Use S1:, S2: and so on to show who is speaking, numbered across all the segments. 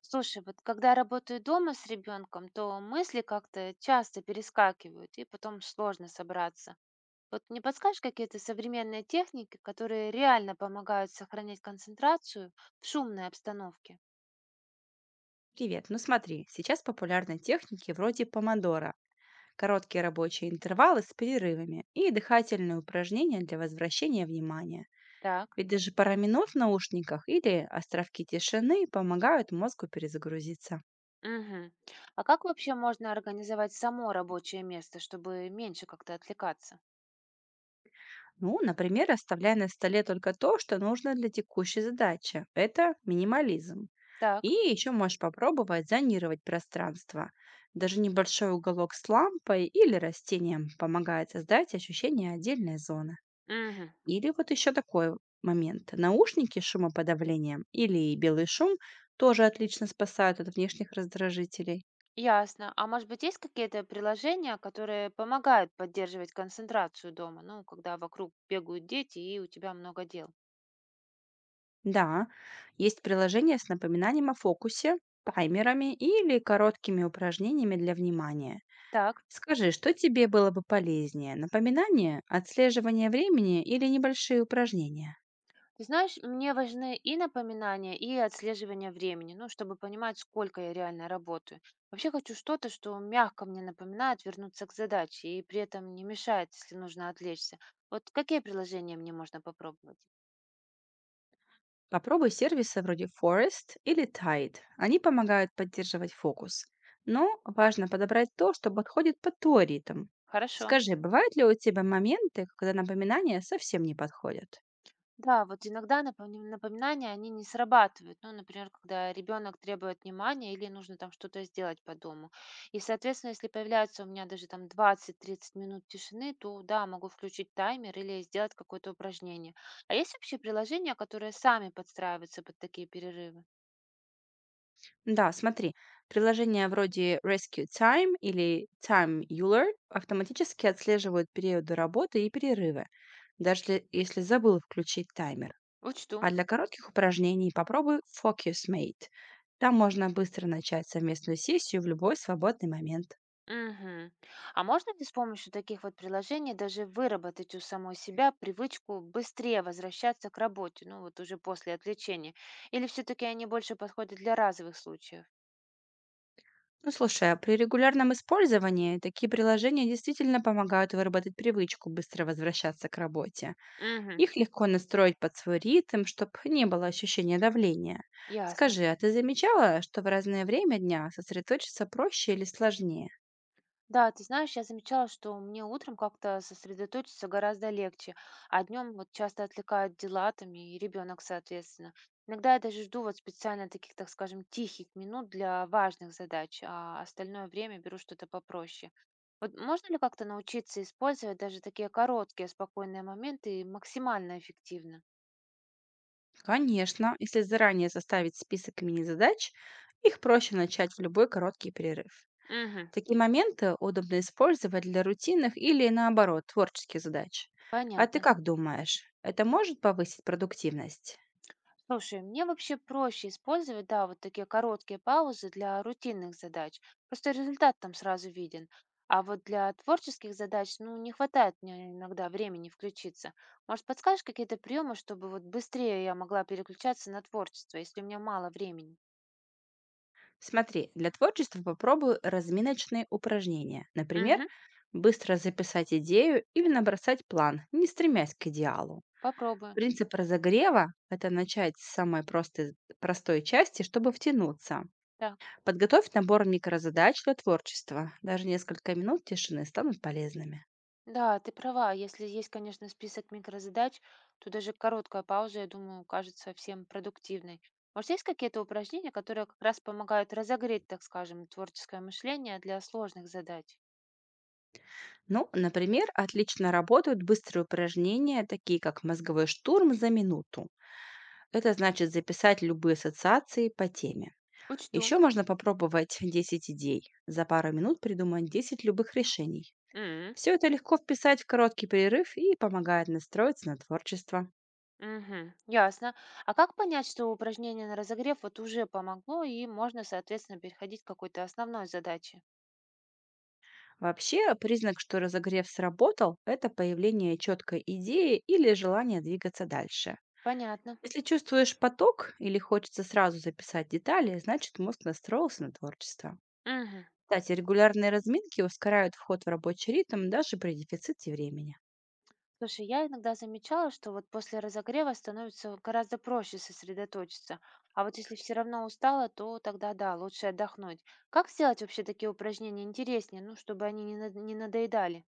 S1: Слушай, вот когда работаю дома с ребенком, то мысли как-то часто перескакивают, и потом сложно собраться. Вот не подскажешь какие-то современные техники, которые реально помогают сохранять концентрацию в шумной обстановке?
S2: Привет. Ну смотри, сейчас популярны техники вроде помодора, короткие рабочие интервалы с перерывами и дыхательные упражнения для возвращения внимания.
S1: Так.
S2: Ведь даже пара минут в наушниках или островки тишины помогают мозгу перезагрузиться.
S1: Мгм. А как вообще можно организовать само рабочее место, чтобы меньше как-то отвлекаться?
S2: Ну, например, оставляя на столе только то, что нужно для текущей задачи. Это минимализм. И
S1: Так.
S2: еще можешь попробовать зонировать пространство. Даже небольшой уголок с лампой или растением помогает создать ощущение отдельной зоны.
S1: Мгм.
S2: Или вот еще такой момент. Наушники с шумоподавлением или белый шум тоже отлично спасают от внешних раздражителей.
S1: Ясно. А может быть, есть какие-то приложения, которые помогают поддерживать концентрацию дома, ну, когда вокруг бегают дети и у тебя много дел?
S2: Да, есть приложения с напоминанием о фокусе, таймерами или короткими упражнениями для внимания.
S1: Так.
S2: Скажи, что тебе было бы полезнее? Напоминание, отслеживание времени или небольшие упражнения?
S1: Ты знаешь, мне важны и напоминания, и отслеживание времени, ну, чтобы понимать, сколько я реально работаю. Вообще хочу что-то, что мягко мне напоминает вернуться к задаче и при этом не мешает, если нужно отвлечься. Вот какие приложения мне можно попробовать?
S2: Попробуй сервисы вроде Forest или Tide. Они помогают поддерживать фокус. Но важно подобрать то, что подходит под твой ритм.
S1: Хорошо.
S2: Скажи, бывают ли у тебя моменты, когда напоминания совсем не подходят?
S1: Да, вот иногда напоминания, они не срабатывают. Ну, например, когда ребенок требует внимания или нужно там что-то сделать по дому. И, соответственно, если появляется у меня даже там 20-30 минут тишины, то да, могу включить таймер или сделать какое-то упражнение. А есть вообще приложения, которые сами подстраиваются под такие перерывы?
S2: Да, смотри, приложения вроде Rescue Time или Time Euler автоматически отслеживают периоды работы и перерывы, даже если забыл включить таймер.
S1: Учту.
S2: А для коротких упражнений попробуй FocusMate. Там можно быстро начать совместную сессию в любой свободный момент.
S1: Мгм. А можно ли с помощью таких вот приложений даже выработать у самой себя привычку быстрее возвращаться к работе, ну вот уже после отвлечения? Или все-таки они больше подходят для разовых случаев?
S2: Ну слушай, а при регулярном использовании такие приложения действительно помогают выработать привычку быстро возвращаться к работе.
S1: Угу,
S2: Их легко настроить под свой ритм, чтобы не было ощущения давления.
S1: ясно.
S2: Скажи, а ты замечала, что в разное время дня сосредоточиться проще или сложнее?
S1: Да, ты знаешь, я замечала, что мне утром как-то сосредоточиться гораздо легче, а днем вот часто отвлекают дела там и ребенок, соответственно. Иногда я даже жду вот специально таких, так скажем, тихих минут для важных задач, а остальное время беру что-то попроще. Вот можно ли как-то научиться использовать даже такие короткие спокойные моменты максимально эффективно?
S2: Конечно, если заранее составить список мини-задач, их проще начать в любой короткий перерыв.
S1: Мгм.
S2: Такие моменты удобно использовать для рутинных или, наоборот, творческих задач. А ты
S1: Понятно.
S2: как думаешь, это может повысить продуктивность?
S1: Слушай, мне вообще проще использовать, да, вот такие короткие паузы для рутинных задач. Просто результат там сразу виден. А вот для творческих задач, ну, не хватает мне иногда времени включиться. Может, подскажешь какие-то приемы, чтобы вот быстрее я могла переключаться на творчество, если у меня мало времени?
S2: Смотри, для творчества попробуй разминочные упражнения. Например,
S1: Мгм.
S2: быстро записать идею или набросать план, не стремясь к идеалу.
S1: Попробую.
S2: Принцип разогрева – это начать с самой простой части, чтобы втянуться.
S1: Да.
S2: Подготовь набор микрозадач для творчества. Даже несколько минут тишины станут полезными.
S1: Да, ты права. Если есть, конечно, список микрозадач, то даже короткая пауза, я думаю, кажется всем продуктивной. Может, есть какие-то упражнения, которые как раз помогают разогреть, так скажем, творческое мышление для сложных задач?
S2: Ну, например, отлично работают быстрые упражнения, такие как мозговой штурм за минуту. Это значит записать любые ассоциации по теме.
S1: Учту.
S2: Еще можно попробовать 10 идей. За пару минут придумать 10 любых решений.
S1: М,
S2: Все это легко вписать в короткий перерыв и помогает настроиться на творчество.
S1: мгм, ясно. А как понять, что упражнение на разогрев вот уже помогло и можно, соответственно, переходить к какой-то основной задаче?
S2: Вообще, признак, что разогрев сработал, это появление четкой идеи или желание двигаться дальше.
S1: Понятно.
S2: Если чувствуешь поток или хочется сразу записать детали, значит мозг настроился на творчество.
S1: Мгм.
S2: Кстати, регулярные разминки ускоряют вход в рабочий ритм даже при дефиците времени.
S1: Слушай, я иногда замечала, что вот после разогрева становится гораздо проще сосредоточиться. А вот если все равно устала, то тогда да, лучше отдохнуть. Как сделать вообще такие упражнения интереснее, ну, чтобы они не надоедали?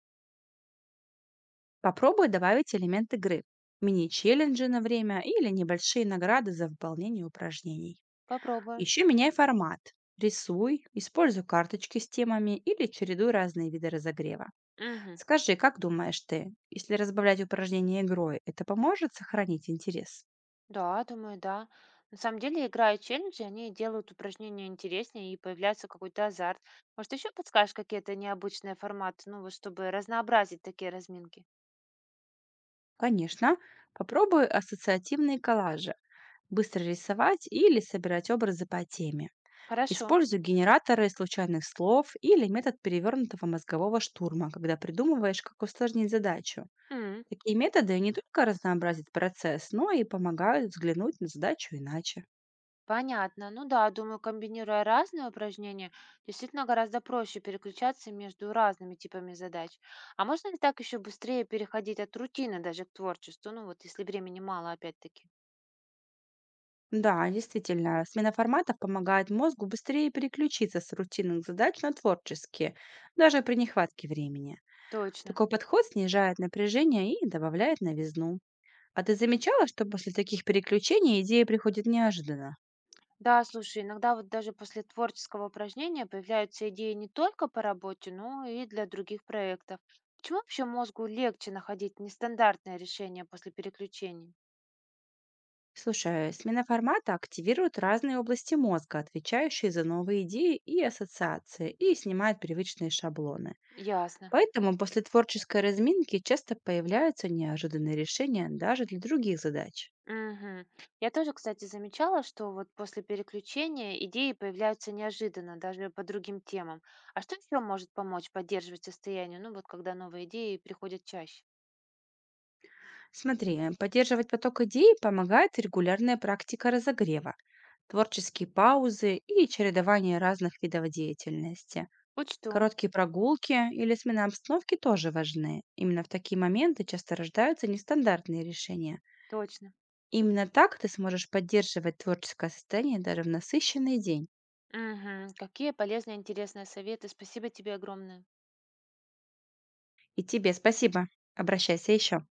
S2: Попробуй добавить элемент игры, мини-челленджи на время или небольшие награды за выполнение упражнений.
S1: Попробуем.
S2: Еще меняй формат. Рисуй, используй карточки с темами или чередуй разные виды разогрева.
S1: Мгм.
S2: Скажи, как думаешь ты, если разбавлять упражнения игрой, это поможет сохранить интерес?
S1: Да, думаю, да. На самом деле, играя челленджи, они делают упражнения интереснее и появляется какой-то азарт. Может, еще подскажешь какие-то необычные форматы, ну, вот чтобы разнообразить такие разминки?
S2: Конечно, попробуй ассоциативные коллажи. Быстро рисовать или собирать образы по теме.
S1: Хорошо.
S2: Используй генераторы случайных слов или метод перевернутого мозгового штурма, когда придумываешь, как усложнить задачу.
S1: М.
S2: Такие методы не только разнообразят процесс, но и помогают взглянуть на задачу иначе.
S1: Понятно. Ну да, думаю, комбинируя разные упражнения, действительно гораздо проще переключаться между разными типами задач. А можно ли так еще быстрее переходить от рутины даже к творчеству? Ну вот, если времени мало, опять-таки.
S2: Да, действительно, смена форматов помогает мозгу быстрее переключиться с рутинных задач на творческие, даже при нехватке времени.
S1: Точно.
S2: Такой подход снижает напряжение и добавляет новизну. А ты замечала, что после таких переключений идея приходит неожиданно?
S1: Да, слушай, иногда вот даже после творческого упражнения появляются идеи не только по работе, но и для других проектов. Почему вообще мозгу легче находить нестандартное решение после переключений?
S2: Слушай, смена формата активирует разные области мозга, отвечающие за новые идеи и ассоциации, и снимает привычные шаблоны.
S1: Ясно.
S2: Поэтому после творческой разминки часто появляются неожиданные решения даже для других задач.
S1: Мгм. Я тоже, кстати, замечала, что вот после переключения идеи появляются неожиданно, даже по другим темам. А что еще может помочь поддерживать состояние, ну вот когда новые идеи приходят чаще?
S2: Смотри, поддерживать поток идей помогает регулярная практика разогрева, творческие паузы и чередование разных видов деятельности.
S1: Учту,
S2: Короткие прогулки или смена обстановки тоже важны. Именно в такие моменты часто рождаются нестандартные решения.
S1: точно.
S2: Именно так ты сможешь поддерживать творческое состояние даже в насыщенный день.
S1: Мгм. Какие полезные, интересные советы. Спасибо тебе огромное.
S2: И тебе спасибо. Обращайся еще.